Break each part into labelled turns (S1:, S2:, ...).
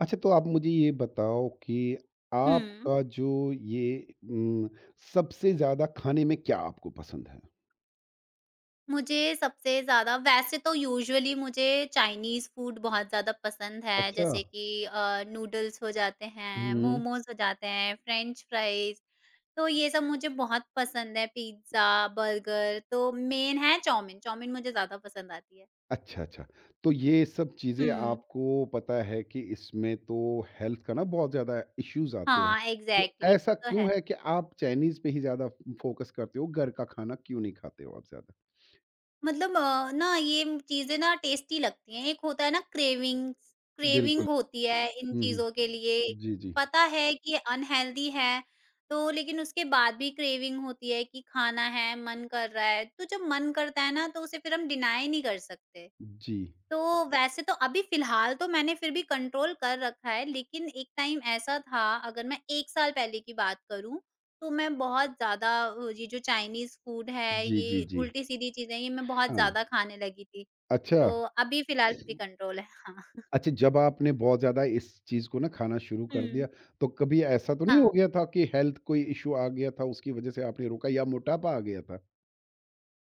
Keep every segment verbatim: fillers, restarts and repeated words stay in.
S1: अच्छा, तो आप मुझे ये बताओ कि
S2: हुँ।
S1: आपका जो ये उम, सबसे ज़्यादा खाने में क्या आपको पसंद है?
S2: मुझे सबसे ज़्यादा वैसे तो यूजुअली मुझे चाइनीज़ फूड बहुत ज़्यादा पसंद है,
S1: अच्छा।
S2: जैसे कि अ, नूडल्स हो जाते हैं,
S1: हुँ।
S2: मोमोज़ हो जाते हैं, फ्रेंच फ्राइज़, तो ये सब मुझे बहुत पसंद है, पिज़्ज़ा, बर्गर, तो मेन है चाउमीन, चाउमीन मुझे ज़्यादा पसंद आती है।
S1: अच्छा, अच्छा। तो ये सब
S2: हुँ।
S1: चीज़ें आपको पता है कि इसमें तो हेल्थ का ना बहुत ज़्यादा इश्यूज़ आते हैं।
S2: हाँ,
S1: तो
S2: एग्ज़ैक्टली,
S1: ऐसा
S2: वो तो है।
S1: क्यों है कि आप चाइनीज़ पे ही ज़्यादा फ़ोकस करते हो, घर का खाना क्यों नहीं खाते हो आप ज़्यादा?
S2: मतलब अ, ना ये चीज़ें ना टेस्टी लगती हैं। एक होता है ना क्रेविंग्स,
S1: बिल्कुल।
S2: क्रेविंग होती है इन
S1: हुँ, हुँ।
S2: चीज़ों के लिए।
S1: जी, जी।
S2: पता है कि ये अनहेल्दी है, तो लेकिन उसके बाद भी क्रेविंग होती है कि खाना है, मन कर रहा है। तो जब मन करता है ना, तो उसे फिर हम डिनाय नहीं कर सकते।
S1: जी।
S2: तो वैसे तो अभी फिलहाल तो मैंने फिर भी कंट्रोल कर रखा है, लेकिन एक टाइम ऐसा था, अगर मैं एक साल पहले की बात करूँ, तो मैं बहुत ज़्यादा अ, ये जो चाइनीज़ फूड है,
S1: जी, जी,
S2: ये
S1: जी।
S2: उल्टी-सीधी चीज़ें हैं, ये मैं बहुत
S1: हाँ।
S2: ज़्यादा खाने लगी थी।
S1: अच्छा।
S2: तो अभी फिलहाल फिर भी कंट्रोल है। हाँ।
S1: अच्छा, जब आपने बहुत ज़्यादा इस चीज़ को ना खाना शुरू कर दिया,
S2: हुँ।
S1: तो कभी ऐसा तो नहीं हो
S2: हाँ।
S1: गया था कि हेल्थ कोई इश्यू आ गया था, उसकी वज़ह से आपने रोका या मोटापा आ गया था?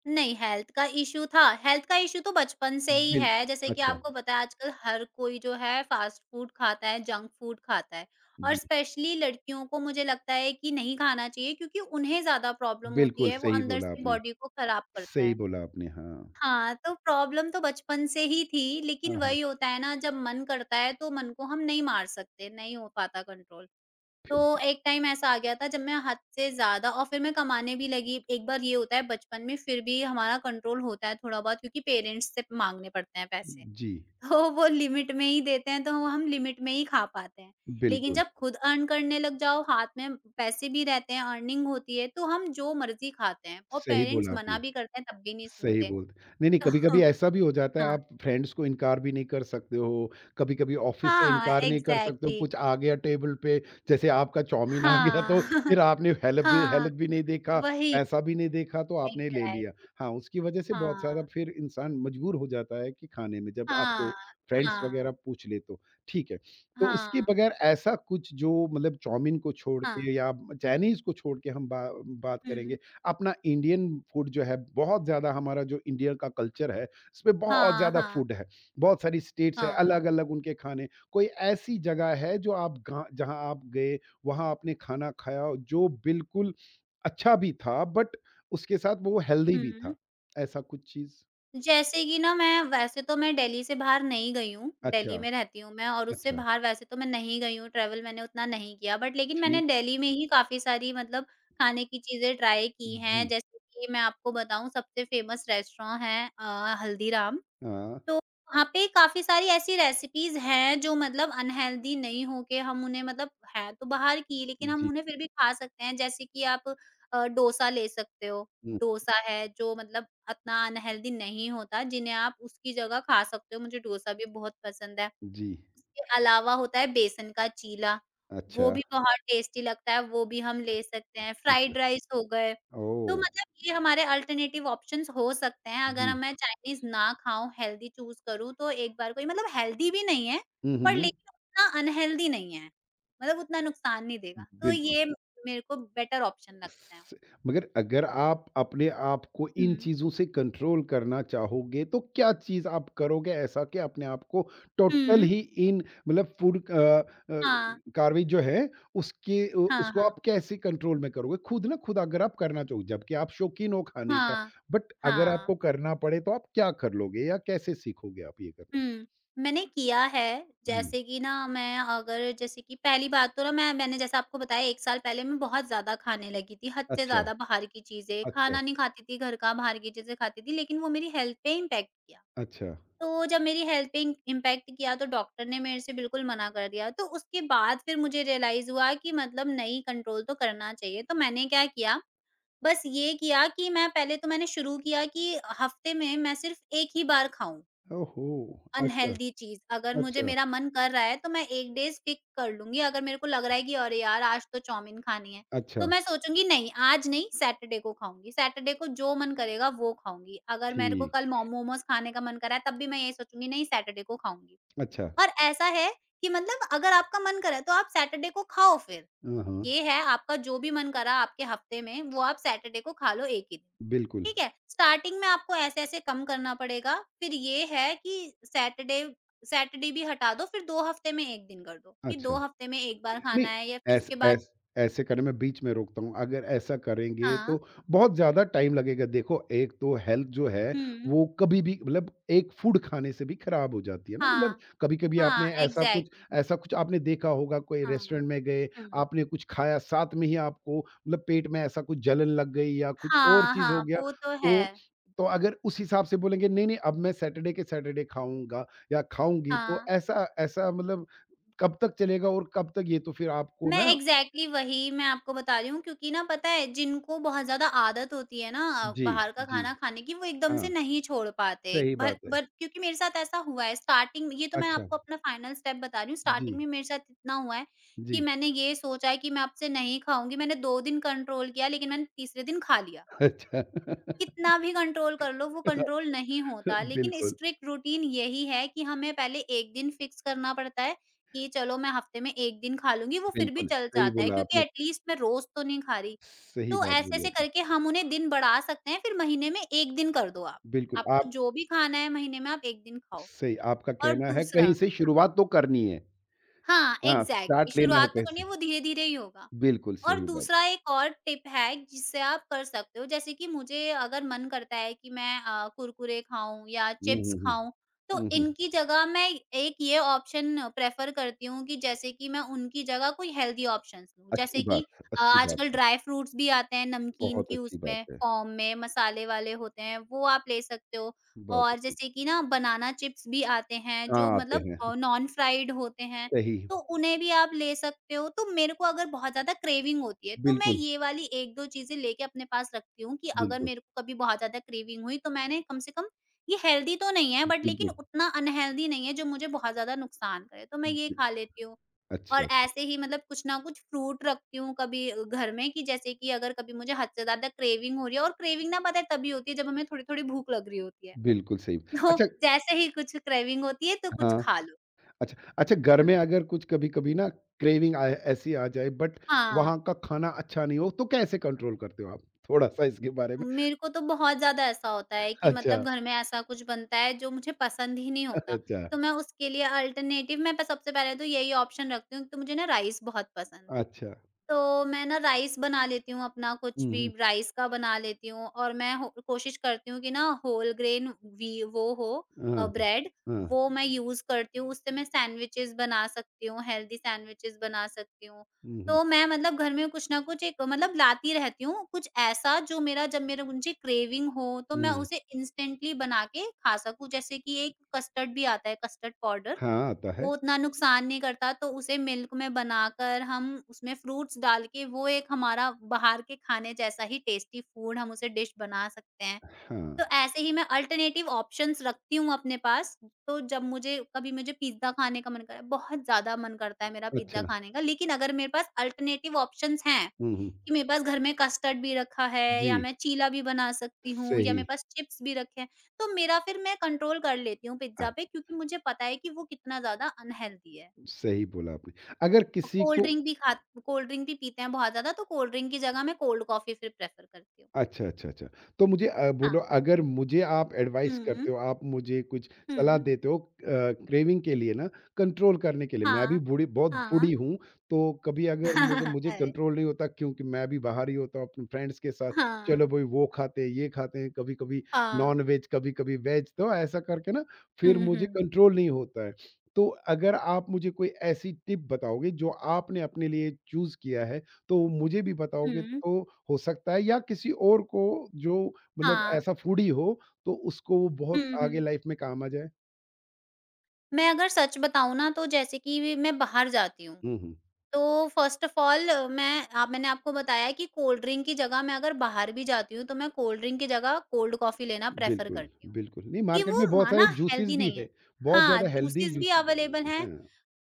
S2: नहीं, हेल्थ का इश्यू था। हेल्थ का इश्यू तो बचपन से ही है,
S1: बिल्कुल,
S2: जैसे कि
S1: अच्छा,
S2: आपको पता है आजकल हर कोई जो है फ़ास्ट फ़ूड खाता है, जंक फ़ूड खाता है, और
S1: जी,
S2: स्पेशली लड़कियों को मुझे लगता है कि नहीं खाना चाहिए, क्योंकि उन्हें ज़्यादा प्रॉब्लम होती
S1: बिल्कुल
S2: है, वो
S1: सही
S2: अंदर
S1: बोला
S2: से
S1: आपने,
S2: बॉडी को ख़राब करता
S1: सही
S2: है।
S1: बोला आपने, हाँ।
S2: हाँ, तो प्रॉब्लम तो बचपन से ही थी, लेकिन
S1: हाँ, हाँ,
S2: वही होता है ना, जब मन करता है तो मन को हम नहीं मार सकते, नहीं हो पाता कंट्रोल।
S1: फिर
S2: तो एक टाइम ऐसा आ गया था जब मैं हद से ज़्यादा, और फिर मैं कमाने भी लगी। एक बार ये होता है बचपन में फिर भी हमारा कंट्रोल होता है थोड़ा बहुत, क्योंकि पेरेंट्स से माँगने पड़ते हैं पैसे।
S1: जी,
S2: तो वो लिमिट में ही देते हैं, तो वो हम लिमिट में ही खा पाते हैं। लेकिन
S1: बिल्कुल,
S2: जब खुद अर्न करने लग जाओ, हाथ में पैसे भी रहते हैं, अर्निंग होती है, तो हम जो मर्ज़ी खाते हैं, और
S1: सही
S2: पेरेंट्स
S1: बोला
S2: मना
S1: आपने।
S2: भी करते हैं तब भी नहीं
S1: सही
S2: सुनते।
S1: बोल नहीं, नहीं,
S2: तो
S1: कभी-कभी
S2: हाँ,
S1: ऐसा भी हो जाता है, आप फ्रेंड्स को इनकार भी नहीं कर सकते हो, कभी-कभी ऑफ़िस से
S2: हाँ,
S1: इनकार नहीं कर सकते हो,
S2: एग्ज़ैक्टली।
S1: कुछ आ गया टेबल पे, जैसे आपका चाउमीन आ गया
S2: हाँ,
S1: तो फिर आपने हेल्थ भी
S2: हाँ,
S1: हेल्थ भी नहीं देखा,
S2: वही
S1: पैसा भी नहीं देखा तो आपने ले लिया।
S2: एग्ज़ैक्टली।
S1: हाँ, उसकी वजह से बहुत सारा
S2: हाँ।
S1: फिर इंसान मजबूर हो जाता है कि खाने में जब आपको
S2: हाँ,
S1: फ्रेंड्स
S2: हाँ,
S1: वगैरह पूछ ले तो, ठीक है। तो उसके
S2: हाँ,
S1: बगैर ऐसा कुछ जो मतलब चाउमीन को छोड़
S2: हाँ,
S1: के या चाइनीज़ को छोड़ के हम बा बात
S2: हुँ,
S1: करेंगे, अपना इंडियन फूड जो है बहुत ज़्यादा हमारा जो इंडिया का कल्चर है, इसमें बहुत
S2: हाँ,
S1: ज़्यादा
S2: हाँ,
S1: फूड है। बहुत सारी स्टेट्स है,
S2: हाँ,
S1: अलग-अलग उनके खाने। कोई ऐसी जगह है जो आप गा जहाँ आप गए, वहाँ आपने खाना खाया हो, जो बिल्कुल अच्छा भी था बट उसके साथ वो हेल्दी भी
S2: हुँ।
S1: था, ऐसा कुछ चीज़?
S2: जैसे कि ना, मैं वैसे तो मैं दिल्ली से बाहर नहीं गई हूँ,
S1: अच्छा,
S2: दिल्ली में रहती हूँ मैं, और उससे
S1: अच्छा,
S2: बाहर वैसे तो मैं नहीं गई हूँ, ट्रैवल मैंने उतना नहीं किया, बट लेकिन मैंने
S1: ठीक।
S2: दिल्ली में ही काफ़ी सारी मतलब खाने की चीज़ें ट्राई की हैं।
S1: जी।
S2: जैसे कि मैं आपको बताऊँ, सबसे फ़ेमस रेस्टोरेंट है अ, हल्दीराम।
S1: हाँ,
S2: तो वहाँ पे काफ़ी सारी ऐसी रेसिपीज़ हैं जो मतलब अनहेल्दी नहीं, हो के हम उन्हें मतलब है तो बाहर की, लेकिन हम
S1: जी।
S2: उन्हें फिर भी खा सकते हैं। जैसे कि आप अ, डोसा ले सकते हो।
S1: हुँ,
S2: डोसा है जो मतलब इतना अनहेल्दी नहीं होता, जिन्हें आप उसकी जगह खा सकते हो। मुझे डोसा भी बहुत पसंद है।
S1: जी।
S2: उसके अलावा होता है बेसन का चीला,
S1: अच्छा,
S2: वो भी बहुत टेस्टी लगता है, वो भी हम ले सकते हैं,
S1: अच्छा।
S2: फ्राइड राइस हो गए। तो
S1: ओह!
S2: मतलब ये हमारे अल्टरनेटिव ऑप्शंस हो सकते हैं, अगर
S1: जी।
S2: मैं चाइनीज़ ना खाऊँ, हेल्दी चूज़ करूँ, तो एक बार कोई मतलब हेल्दी भी नहीं है,
S1: हुँ, हुँ,
S2: पर
S1: हुँ।
S2: लेकिन उतना अनहेल्दी नहीं है, मतलब उतना नुकसान नहीं देगा। तो
S1: बिल्कुल।
S2: ये मेरे को बेटर ऑप्शन लगता है।
S1: स- मगर अगर आप अपने आप को इन
S2: हुँ,
S1: चीजों से कंट्रोल करना चाहोगे तो क्या चीज आप करोगे ऐसा कि अपने आप को टोटल
S2: हुँ।
S1: ही इन मतलब फूड अ, अ,
S2: हाँ,
S1: कार्रवाई जो है उसके उ-
S2: हाँ,
S1: उसको
S2: हाँ,
S1: आप कैसे कंट्रोल में करोगे खुद ना खुद अगर आप करना चाहो जबकि आप शौकीन हो खाने का
S2: हाँ,
S1: बट अगर आपको
S2: हाँ।
S1: करना पड़े तो आप क्या कर लोगे या कैसे सीखोगे आप ये करना
S2: हुँ, मैंने किया है।
S1: हम्म,
S2: जैसे कि ना, मैं अगर जैसे कि पहली बात तो ना, मैं मैंने जैसा आपको बताया एक साल पहले मैं बहुत ज़्यादा खाने लगी थी, हद से
S1: अच्छा
S2: ज़्यादा बाहर की चीज़ें,
S1: अच्छा
S2: खाना नहीं खाती थी घर का, बाहर की चीज़ें खाती थी, लेकिन वो मेरी हेल्थ पे इम्पैक्ट किया।
S1: अच्छा
S2: तो जब मेरी हेल्थ पे इं इम्पैक्ट किया, तो डॉक्टर ने मेरे से बिल्कुल मना कर दिया, तो उसके बाद फिर मुझे रियलाइज़ हुआ कि मतलब नहीं, कंट्रोल तो करना चाहिए, तो मैंने क्या किया, बस ये किया कि मैं पहले तो मैंने शुरू किया कि हफ्ते में मैं सिर्फ़ एक ही बार खाऊँ।
S1: ओहो अच्छा
S2: अनहेल्दी चीज़, अगर मुझे
S1: अच्छा
S2: मेरा मन कर रहा है तो मैं एक डे स्टिक कर लूँगी, अगर मेरे को लग रहा है कि अरे यार! आज तो चाउमीन खानी है, तो
S1: अच्छा
S2: मैं सोचूँगी नहीं, आज नहीं, सैटरडे को खाऊँगी, सैटरडे को जो मन करेगा वो खाऊँगी। अगर मेरे को कल मो
S1: ठीक
S2: मोमोज़ खाने का मन करा है, तब भी मैं यही सोचूँगी नहीं, सैटरडे को खाऊँगी।
S1: अच्छा
S2: और ऐसा है कि मतलब अगर आपका मन करे तो आप सैटरडे को खाओ फिर।
S1: हाँ
S2: ये है, आपका जो भी मन करा आपके हफ्ते में वो आप सैटरडे को खा लो एक ही दिन।
S1: बिल्कुल,
S2: ठीक है? स्टार्टिंग में आपको ऐसे-ऐसे कम करना पड़ेगा। फिर ये है कि सैटरडे सैटरडे भी हटा दो, फिर दो हफ्ते में एक दिन कर दो, कि
S1: अच्छा।
S2: दो हफ्ते में एक बार
S1: नहीं,
S2: खाना है, या फिर
S1: ऐस
S2: उसके बाद।
S1: ऐस ऐसे करने मैं बीच में रोकता हूँ, अगर ऐसा करेंगे
S2: हाँ।
S1: तो बहुत ज़्यादा टाइम लगेगा। देखो, एक तो हेल्थ जो है,
S2: हुँ।
S1: वो कभी भी मतलब एक फूड खाने से भी खराब हो जाती है ना, मतलब
S2: हाँ।
S1: कभी-कभी आपने
S2: हाँ,
S1: ऐसा कुछ
S2: एग्ज़ैक्टली।
S1: ऐसा कुछ आपने देखा होगा, कोई
S2: हाँ।
S1: रेस्टोरेंट में गए,
S2: हुँ।
S1: आपने कुछ खाया, साथ में ही आपको मतलब पेट में ऐसा कुछ जलन लग गई या कुछ और
S2: हाँ,
S1: चीज़ हो
S2: हाँ,
S1: गया,
S2: वो तो
S1: तो
S2: है।
S1: तो अगर उस हिसाब से बोलेंगे, "नहीं, नहीं, अब मैं सैटरडे के सैटरडे खाऊँगा या खाऊँगी," तो
S2: हाँ।
S1: ऐसा ऐसा मतलब कब तक चलेगा और कब तक ये तो फिर आपको
S2: मैं
S1: ना
S2: एग्ज़ैक्टली वही मैं आपको बता रही हूँ, क्योंकि ना पता है जिनको बहुत ज़्यादा आदत होती है ना
S1: जी,
S2: बाहर का
S1: जी।
S2: खाना खाने की, वो एकदम से
S1: हाँ,
S2: नहीं छोड़ पाते।
S1: सही
S2: भर
S1: बात है।
S2: भर क्योंकि मेरे साथ ऐसा हुआ है स्टार्टिंग, ये तो मैं
S1: अच्छा,
S2: आपको अपना फाइनल स्टेप बता रही हूँ, स्टार्टिंग
S1: जी,
S2: में मेरे साथ इतना हुआ है कि
S1: जी।
S2: मैंने ये सोचा है कि मैं अब से नहीं खाऊँगी। मैंने दो दिन कंट्रोल किया, लेकिन मैंने तीसरे दिन खा लिया।
S1: अच्छा।
S2: कितना भी कंट्रोल कर लो वो कंट्रोल नहीं होता, लेकिन
S1: बिल्कुल,
S2: स्ट्रिक्ट रूटीन यही है कि हमें पहले एक दिन फिक्स करना पड़ता है कि चलो, मैं हफ्ते में एक दिन खा लूंगी, वो फिर भी
S1: बिल्कुल,
S2: चल
S1: सही
S2: जाता है,
S1: बोला
S2: क्योंकि
S1: आपने।
S2: एटलीस्ट मैं रोज तो नहीं खा रही।
S1: सही
S2: तो
S1: बात
S2: ऐसे
S1: बोली
S2: ऐसे
S1: आपने।
S2: करके हम उन्हें दिन बढ़ा सकते हैं, फिर महीने में एक दिन कर दो, आप
S1: बिल्कुल,
S2: आपको
S1: आप
S2: जो भी खाना है महीने में आप एक दिन खाओ।
S1: सही आपका
S2: और
S1: कहना है कहीं
S2: दूसरा।
S1: से शुरुआत तो करनी है।
S2: हाँ,
S1: हाँ,
S2: एग्ज़ैक्टली,
S1: स्टार्ट लेना है
S2: शुरुआत तो करनी
S1: कैसे?
S2: है, वो धीरे-धीरे ही होगा।
S1: बिल्कुल
S2: और
S1: सही बात।
S2: दूसरा एक और टिप है जिससे आप कर सकते हो, जैसे कि मुझे अगर मन करता है कि मैं अ, कुरकुरे खाऊँ या
S1: हुँ,
S2: चिप्स
S1: हुँ, हुँ।
S2: खाऊँ, तो
S1: हुँ, हुँ।
S2: इनकी जगह मैं एक ये ऑप्शन प्रेफ़र करती हूँ कि जैसे कि मैं उनकी जगह कोई हेल्दी ऑप्शंस लूँ।
S1: अच्छी
S2: जैसे
S1: बात
S2: कि
S1: है,
S2: अ,
S1: अच्छी बात
S2: आजकल
S1: है।
S2: ड्राई फ्रूट्स भी आते हैं नमकीन
S1: बहुत
S2: की
S1: अच्छी बात
S2: उसमें
S1: है,
S2: फ़ॉर्म में, मसाले वाले होते हैं, वो आप ले सकते हो।
S1: बहुत
S2: और
S1: अच्छी।
S2: जैसे कि ना बनाना चिप्स भी आते हैं जो
S1: हाँ, आते
S2: मतलब
S1: हैं।
S2: अ, नॉन फ्राइड होते हैं,
S1: सही,
S2: तो उन्हें भी आप ले सकते हो। तो मेरे को अगर बहुत ज़्यादा क्रेविंग होती है, तो मैं
S1: बिल्कुल,
S2: ये वाली एक दो चीज़ें लेके अपने पास रखती हूँ, कि अगर
S1: बिल्कुल,
S2: मेरे को कभी बहुत ज़्यादा क्रेविंग हुई तो मैंने कम से कम, ये हेल्दी तो नहीं है, बट लेकिन
S1: बिल्कुल।
S2: उतना अनहेल्दी नहीं है जो मुझे बहुत ज़्यादा नुकसान करे, तो मैं ये खा लेती हूँ। और
S1: अच्छा, अच्छा।
S2: ऐसे ही मतलब कुछ ना कुछ फ्रूट रखती हूँ कभी अ, घर में, कि जैसे कि अगर कभी मुझे हद से ज़्यादा क्रेविंग हो रही है, और क्रेविंग ना पता है तभी होती है जब हमें थोड़ी-थोड़ी भूख लग रही होती है।
S1: बिल्कुल सही।
S2: तो
S1: अच्छा
S2: जैसे ही कुछ क्रेविंग होती है तो कुछ
S1: हाँ,
S2: खा लो।
S1: अच्छा अच्छा घर
S2: हुँ।
S1: में अगर कुछ कभी-कभी ना क्रेविंग आए ऐसी आ जाए बट
S2: हाँ।
S1: वहाँ का खाना अच्छा नहीं हो तो कैसे कंट्रोल करते हो आप? थोड़ा-सा इसके बारे में
S2: मेरे को तो बहुत ज़्यादा ऐसा होता है कि मतलब
S1: अच्छा,
S2: घर में ऐसा कुछ बनता है जो मुझे पसंद ही नहीं होता,
S1: अच्छा,
S2: तो मैं उसके लिए अल्टरनेटिव, मैं प सबसे पहले तो यही ऑप्शन रखती हूँ, एक तो मुझे ना राइस बहुत पसंद है।
S1: अच्छा।
S2: तो मैं ना राइस बना लेती हूँ, अपना कुछ
S1: हुँ,
S2: भी
S1: हुँ।
S2: राइस का बना लेती हूँ, और मैं हो- कोशिश करती हूँ कि ना होल ग्रेन वी वो हो
S1: हाँ,
S2: ब्रेड,
S1: हाँ।
S2: वो मैं यूज करती हूँ, उससे मैं सैंडविचेस बना सकती हूँ, हेल्दी सैंडविचेस बना सकती हूँ।
S1: हुँ, हुँ,
S2: तो मैं मतलब घर में कुछ ना कुछ एक मतलब लाती रहती हूँ, कुछ ऐसा जो मेरा जब मेरा मुझे क्रेविंग हो तो मैं
S1: हुँ।
S2: उसे इंस्टेंटली बना के खा सकूँ, जैसे कि एक कस्टर्ड भी आता है, कस्टर्ड पाउडर,
S1: हाँ, आता है।
S2: वो उतना नुकसान नहीं करता, तो उसे मिल्क में बनाकर हम उसमें फ्रूट्स डाल के वो एक हमारा बाहर के खाने जैसा ही टेस्टी फूड, हम उसे डिश बना सकते हैं।
S1: हाँ,
S2: तो ऐसे ही मैं अल्टरनेटिव ऑप्शंस रखती हूँ अपने पास। तो जब मुझे कभी मुझे पिज़्ज़ा खाने का मन करे, बहुत ज़्यादा मन करता है मेरा
S1: अच्छा।
S2: पिज़्ज़ा खाने का, लेकिन अगर मेरे पास अल्टरनेटिव ऑप्शंस हैं
S1: हुँ, हुँ।
S2: कि मेरे पास घर में कस्टर्ड भी रखा है,
S1: जी,
S2: या मैं चीला भी बना सकती हूँ, या
S1: सही।
S2: मेरे पास चिप्स भी रखे हैं, तो मेरा फिर मैं कंट्रोल कर लेती हूँ
S1: अ,
S2: पिज़्ज़ा पे, क्योंकि मुझे पता है कि वो कितना ज़्यादा अनहेल्दी है।
S1: सही बोला आपने। अगर
S2: और
S1: किसी
S2: कोल्ड
S1: को
S2: ड्रिंक भी खा कोल्ड ड्रिंक भी पीते हैं बहुत ज़्यादा, तो कोल्ड ड्रिंक की जगह मैं कोल्ड कॉफ़ी फिर प्रेफ़र करती हूँ।
S1: अच्छा, अच्छा, अच्छा। तो मुझे अ, बोलो
S2: हाँ।
S1: अगर मुझे आप एडवाइस
S2: हुँ,
S1: करते हो, आप मुझे कुछ सलाह
S2: हुँ,
S1: देते हो अ, क्रेविंग के लिए ना कंट्रोल करने के लिए, मैं भी
S2: हाँ,
S1: बूढ़ी बहुत बूढ़ी
S2: हाँ।
S1: हूँ, तो कभी अगर मुझे मुझे
S2: अरे!
S1: कंट्रोल नहीं होता क्योंकि मैं भी बाहर ही होता हूँ अपने फ्रेंड्स के साथ, चलो
S2: हाँ,
S1: भई वो खाते हैं, ये खाते हैं, कभी-कभी
S2: हाँ।
S1: नॉन-वेज, कभी-कभी वेज, कभी कभी वेज, तो ऐसा करके ना फिर
S2: हुँ,
S1: मुझे
S2: हुँ,
S1: कंट्रोल नहीं होता है। तो अगर आप मुझे कोई ऐसी टिप बताओगे जो आपने अपने लिए चूज़ किया है तो मुझे भी बताओगे
S2: हुँ,
S1: तो हो सकता है या किसी और को जो मतलब
S2: हाँ।
S1: ऐसा फूडी हो, तो उसको वो
S2: हुँ,
S1: बहुत
S2: हुँ।
S1: आगे लाइफ में काम आ जाए।
S2: मैं अगर सच बताऊँ ना तो जैसे कि मैं बाहर जाती हूँ
S1: हुँ, हुँ।
S2: तो फर्स्ट ऑफ ऑल मैं आप मैंने आपको बताया कि कोल्ड ड्रिंक की जगह मैं अगर बाहर भी जाती हूँ, तो मैं कोल्ड ड्रिंक की जगह कोल्ड कॉफ़ी लेना प्रेफ़र
S1: बिल्कुल,
S2: करती हूँ,
S1: बिल्कुल। नहीं
S2: कि
S1: मार्केट
S2: वो
S1: में बहुत सारे
S2: माना
S1: जूसेस
S2: हेल्दी
S1: भी
S2: नहीं
S1: है,
S2: है।
S1: बहुत
S2: हाँ,
S1: ज़्यादा हेल्दी
S2: जूसेस भी
S1: जूस
S2: अवेलेबल हैं,
S1: हैं,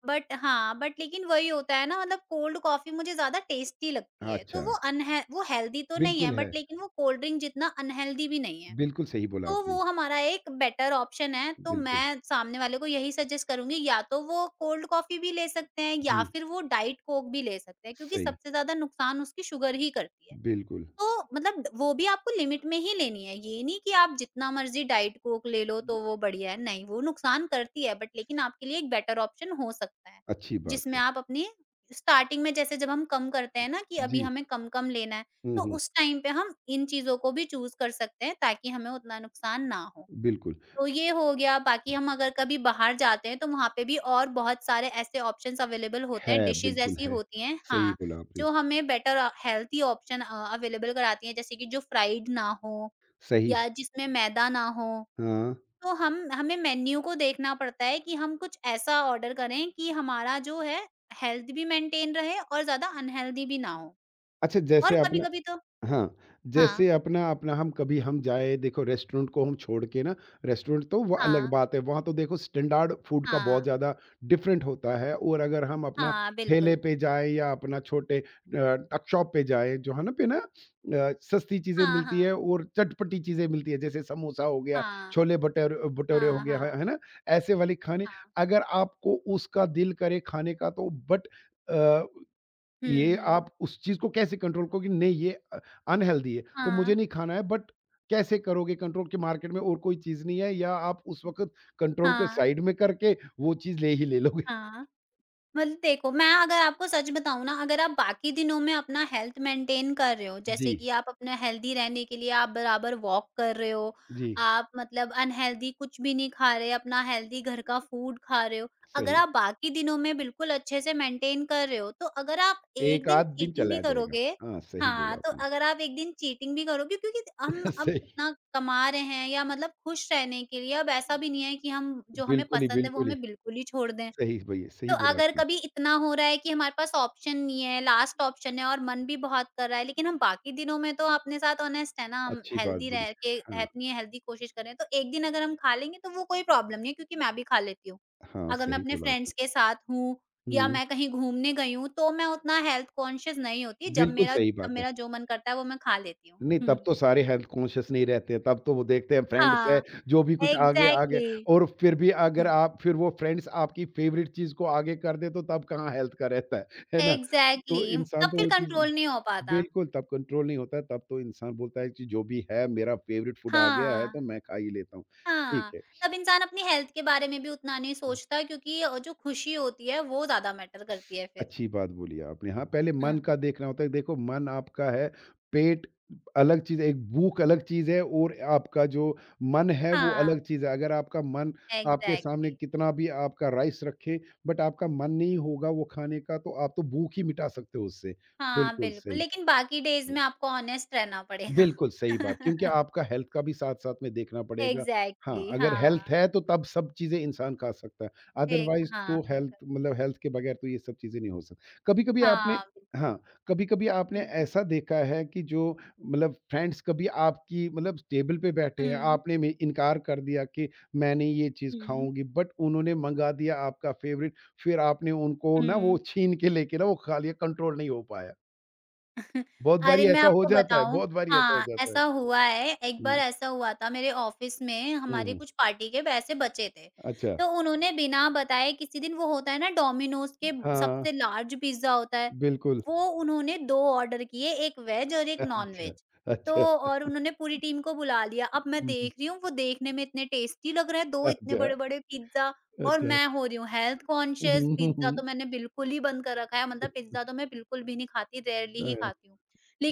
S2: बट हाँ, बट लेकिन वही होता है ना मतलब कोल्ड कॉफ़ी मुझे ज़्यादा टेस्टी लगती
S1: हाँ,
S2: है, तो
S1: अच्छा।
S2: वो अनहे वो हेल्दी तो नहीं है
S1: बिल्कुल है।
S2: बट लेकिन वो कोल्ड ड्रिंक जितना अनहेल्दी भी नहीं है।
S1: बिल्कुल सही बोला
S2: तो
S1: आपने।
S2: वो हमारा एक बेटर ऑप्शन है, तो
S1: बिल्कुल,
S2: मैं सामने वाले को यही सजेस्ट करूँगी या तो वो कोल्ड कॉफ़ी भी ले सकते हैं या
S1: जी,
S2: फिर वो डाइट कोक भी ले सकते हैं क्योंकि
S1: सही,
S2: सबसे ज़्यादा नुकसान उसकी शुगर ही करती है।
S1: बिल्कुल।
S2: तो मतलब वो भी आपको लिमिट में ही लेनी है। ये नहीं कि आप जितना मर्ज़ी डाइट कोक ले लो तो वो बढ़िया है, नहीं वो नुकसान करती है बट लेकिन आपके लिए एक बेटर ऑप्शन हो सकता है।
S1: अच्छी बात
S2: जिसमें
S1: है।
S2: आप अपनी स्टार्टिंग में जैसे जब हम कम करते हैं ना कि अभी
S1: जी,
S2: हमें कम-कम लेना है,
S1: हुँ,
S2: तो
S1: हुँ,
S2: उस टाइम पे हम इन चीज़ों को भी चूज़ कर सकते हैं ताकि हमें उतना नुकसान ना हो।
S1: बिल्कुल।
S2: तो ये हो गया, बाकी हम अगर कभी बाहर जाते हैं तो वहाँ पे भी और बहुत सारे ऐसे ऑप्शंस अवेलेबल होते
S1: है,
S2: हैं, डिशेज़
S1: बिल्कुल
S2: ऐसी
S1: है।
S2: होती हैं
S1: सही
S2: हाँ,
S1: बोला आपने,
S2: जो हमें better uh, healthy option uh, available कराती हैं जैसे कि जो फ्राइड ना हो
S1: सही।
S2: या जिसमें मैदा ना हो।
S1: हाँ,
S2: तो हम हमें मेन्यू को देखना पड़ता है कि हम कुछ ऐसा ऑर्डर करें कि हमारा जो है हेल्थ भी मेंटेन रहे और ज़्यादा अनहेल्दी भी ना हो।
S1: अच्छा
S2: और
S1: जैसे आपने
S2: कभी-कभी तो
S1: हाँ,
S2: हाँ,
S1: जैसे अपना अपना हम कभी हम जाए देखो रेस्टोरेंट को हम छोड़ के ना रेस्टोरेंट तो वो अलग
S2: हाँ,
S1: बात है, वहाँ तो देखो स्टैंडर्ड फूड का
S2: हाँ,
S1: बहुत ज़्यादा डिफरेंट होता है और अगर हम अपना
S2: हाँ,
S1: ठेले
S2: बिल्कुल।
S1: पे जाएँ या अपना छोटे अ, टक शॉप पे जाएँ, जो है ना पे ना अ, सस्ती चीज़ें
S2: हाँ,
S1: मिलती
S2: हाँ,
S1: है और चटपटी चीज़ें मिलती है, जैसे समोसा हो गया,
S2: हाँ,
S1: छोले भटेर भटूरे हो
S2: हाँ,
S1: गया,
S2: हाँ,
S1: है है ना? ऐसे वाले खाने
S2: हाँ।
S1: अगर आपको उसका दिल करे खाने का तो बट अ
S2: हुँ,
S1: ये
S2: हुँ।
S1: आप उस चीज़ को कैसे कंट्रोल करोगे नहीं ये अ, अनहेल्दी है, तो
S2: हाँ,
S1: मुझे नहीं खाना है बट कैसे करोगे कंट्रोल कि मार्केट में और कोई चीज़ नहीं है या आप उस वक़्त कंट्रोल को
S2: हाँ,
S1: साइड में करके वो चीज़ ले ही ले लोगे।
S2: हाँ। मतलब देखो, मैं अगर आपको सच बताऊँ ना, अगर आप बाकी दिनों में अपना हेल्थ मेंटेन कर रहे हो,
S1: जी,
S2: जैसे कि आप अपना हेल्दी रहने के लिए आप बराबर वॉक कर रहे हो,
S1: जी,
S2: आप मतलब अनहेल्दी कुछ भी नहीं खा रहे, अपना हेल्दी घर का फूड खा रहे हो। अगर
S1: सही।
S2: आप बाकी दिनों में बिल्कुल अच्छे से मेंटेन कर रहे हो, तो अगर आप एक
S1: एक
S2: दिन
S1: आध दिन
S2: चीटिंग
S1: चला
S2: भी
S1: जाएगा।
S2: करोगे
S1: हाँ, सही
S2: हाँ,
S1: बोला
S2: तो
S1: आपने।
S2: अगर आप एक दिन चीटिंग भी करोगे क्योंकि हम अब
S1: सही,
S2: इतना कमा रहे हैं या मतलब खुश रहने के लिए अब ऐसा भी नहीं है कि हम जो हमें
S1: बिल्कुल ही,
S2: पसंद है, वो
S1: बिल्कुल ही।
S2: हमें बिल्कुल ही छोड़ दें।
S1: सही भई सही
S2: तो
S1: बोला
S2: अगर
S1: आपने।
S2: कभी इतना हो रहा है कि हमारे पास ऑप्शन नहीं है, लास्ट ऑप्शन है और मन भी बहुत कर रहा है, लेकिन हम बाकी दिनों में तो अपने साथ ऑनेस्ट है ना, हम
S1: अच्छी बात
S2: हेल्दी
S1: बोली।
S2: रह के है
S1: हाँ,
S2: इतनी हेल्दी कोशिश कर रहे हैं, तो एक दिन अगर हम खा लेंगे तो वो कोई प्रॉब्लम नहीं है क्योंकि मैं भी खा लेती हूँ।
S1: हाँ,
S2: अगर मैं
S1: सही
S2: अपने
S1: बोला आपने।
S2: फ्रेंड्स के साथ हूँ या
S1: हुँ,
S2: मैं कहीं घूमने गई हूँ, तो मैं उतना हेल्थ कॉन्शियस नहीं होती, जब
S1: बिल्कुल
S2: मेरा
S1: सही
S2: जब
S1: बात है।
S2: मेरा जो मन करता है वो मैं खा लेती हूँ।
S1: नहीं, तब तो सारे हेल्थ कॉन्शियस नहीं रहते हैं, तब तो वो देखते हैं फ्रेंड्स है,
S2: हाँ,
S1: जो भी कुछ आगे आगे
S2: एग्ज़ैक्टली।
S1: और फिर भी अगर
S2: हुँ,
S1: आप फिर वो फ्रेंड्स आपकी फ़ेवरेट चीज़ को आगे कर दें, तो तब कहाँ हेल्थ का रहता है, है ना? तो
S2: एग्ज़ैक्टली
S1: इंसान
S2: तब
S1: तो
S2: फिर
S1: वो चीज़
S2: कंट्रोल नहीं हो पाता।
S1: बिल्कुल, तब कंट्रोल नहीं होता है, तब तो इंसान बोलता है कि जो भी है मेरा फ़ेवरेट फूड आ गया है, तो
S2: हाँ।
S1: मैं खा ही लेता हूँ। ठीक
S2: हाँ,
S1: है।
S2: तब इंसान अपनी हेल्थ के बारे में भी उतना नहीं सोचता क्योंकि अ, जो खुशी होती है वो ज़्यादा मैटर करती
S1: स-
S2: है फिर।
S1: अच्छी बात बोली आपने हाँ पहले
S2: हाँ।
S1: मन का देखना होता है देखो मन आपका है पेट अलग चीज है, एक भूख अलग चीज है और आपका जो मन है वो
S2: हाँ,
S1: अलग चीज है अगर आपका मन आपके सामने
S2: एग्ज़ैक्टली।
S1: कितना भी आपका राइस रखे बट आपका मन नहीं होगा वो खाने का तो आप तो भूख ही मिटा सकते हो उससे
S2: हाँ,
S1: बिल्कुल
S2: बिल्कुल
S1: सही
S2: लेकिन बाकी डेज़ में आपको ऑनेस्ट रहना पड़ेगा।
S1: बिल्कुल सही बात, क्योंकि आपका हेल्थ का भी साथ-साथ में देखना पड़ेगा। हाँ,
S2: एग्ज़ैक्टली
S1: अगर
S2: हाँ,
S1: हेल्थ है तो तब सब चीज़ें इंसान खा सकता है,
S2: एक
S1: अदरवाइज़
S2: हाँ,
S1: तो हेल्थ
S2: बिल्कुल।
S1: मतलब हेल्थ के बगैर तो ये सब चीज़ें नहीं हो सकती। कभी-कभी आपने
S2: हाँ, बिल्कुल।
S1: हाँ, कभी-कभी आपने
S2: हुँ।
S1: ऐसा देखा है कि जो मतलब फ्रेंड्स कभी आपकी मतलब टेबल पे बैठे हैं,
S2: हुँ,
S1: आपने में इनकार कर दिया कि मैं नहीं ये चीज़
S2: हुँ,
S1: खाऊँगी, बट उन्होंने मँगा दिया आपका फ़ेवरेट, फिर आपने उनको ना वो
S2: हुँ।
S1: छीन के लेके ना वो खा लिया, कंट्रोल नहीं हो पाया। बहुत बारी
S2: अरे, मैं
S1: ऐसा हो
S2: आपको
S1: जाता है
S2: बताऊँ
S1: बहुत बारी ऐसा हो
S2: हाँ,
S1: जाता है।
S2: ऐसा हुआ है, एक बार
S1: हुँ,
S2: ऐसा हुआ था मेरे ऑफ़िस में
S1: हुँ,
S2: हमारे
S1: हुँ।
S2: कुछ पार्टी के पैसे बचे थे,
S1: अच्छा,
S2: तो उन्होंने बिना बताए किसी दिन वो होता है ना डोमिनोज़ के
S1: हाँ,
S2: सबसे लार्ज पिज़्ज़ा होता है,
S1: बिल्कुल।
S2: वो उन्होंने दो ऑर्डर किए, एक वेज और एक
S1: अच्छा,
S2: नॉन-वेज। तो
S1: अच्छा।
S2: और उन्होंने पूरी टीम को बुला लिया, अब मैं
S1: हुँ, हुँ।
S2: देख रही हूँ वो देखने में इतने टेस्टी लग रहे हैं, दो इतने
S1: अच्छा,
S2: बड़े-बड़े पिज़्ज़ा और
S1: अच्छा।
S2: मैं हो रही हूँ health
S1: hmm,
S2: conscious,
S1: hmm, hmm,
S2: pizza
S1: hmm.
S2: तो मैंने बिल्कुल ही बंद कर रखा है, मतलब पिज़्ज़ा तो मैं बिल्कुल भी नहीं खाती, रेयरली ही खाती हूँ।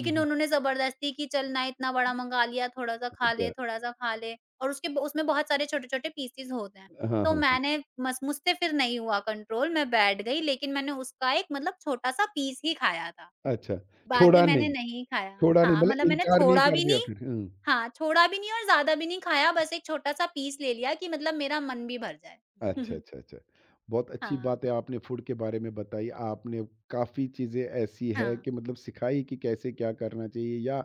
S1: हुँ, हुँ।
S2: उन्होंने ज़बरदस्ती कि चल ना इतना बड़ा मँगा लिया, थोड़ा-सा खा ले,
S1: अच्छा,
S2: थोड़ा-सा खा ले और उसके ब उसमें बहुत सारे छोटे-छोटे पीसेज़ होते हैं।
S1: हाँ,
S2: तो
S1: हाँ, हाँ।
S2: मैंने मस मुझसे फिर नहीं हुआ कंट्रोल, मैं बैठ गई लेकिन मैंने उसका एक मतलब छोटा-सा पीस ही खाया था,
S1: अच्छा,
S2: बाकी
S1: छोड़ा
S2: मैंने
S1: नहीं
S2: नहीं खाया।
S1: छोड़ा नहीं
S2: हाँ,
S1: मतलब
S2: मतलब मैंने
S1: इनकार नहीं
S2: छोड़ा
S1: कर
S2: भी
S1: दिया
S2: नहीं
S1: फिर। हुँ।
S2: हाँ, छोड़ा भी नहीं और ज़्यादा भी नहीं खाया, बस एक छोटा-सा पीस ले लिया कि मतलब मेरा मन भी भर जाए।
S1: अच्छा, अच्छा, अच्छा। बहुत अच्छी
S2: हाँ।
S1: बात है आपने फूड के बारे में बताई। आपने काफ़ी चीज़ें ऐसी है
S2: हाँ,
S1: कि मतलब सिखाई कि कैसे क्या करना चाहिए या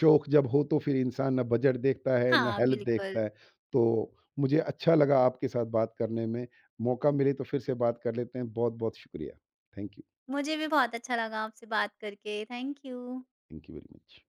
S1: शौक जब हो तो फिर इंसान ना बजट देखता है, ना
S2: हाँ,
S1: हेल्थ
S2: बिल्कुल।
S1: देखता है। तो मुझे अच्छा लगा आपके साथ बात करने में। मौका मिले तो फिर से बात कर लेते हैं। बहुत-बहुत शुक्रिया। Thank you.
S2: मुझे भी बहुत अच्छा लगा आपसे बात करके। Thank you.
S1: Thank you very much.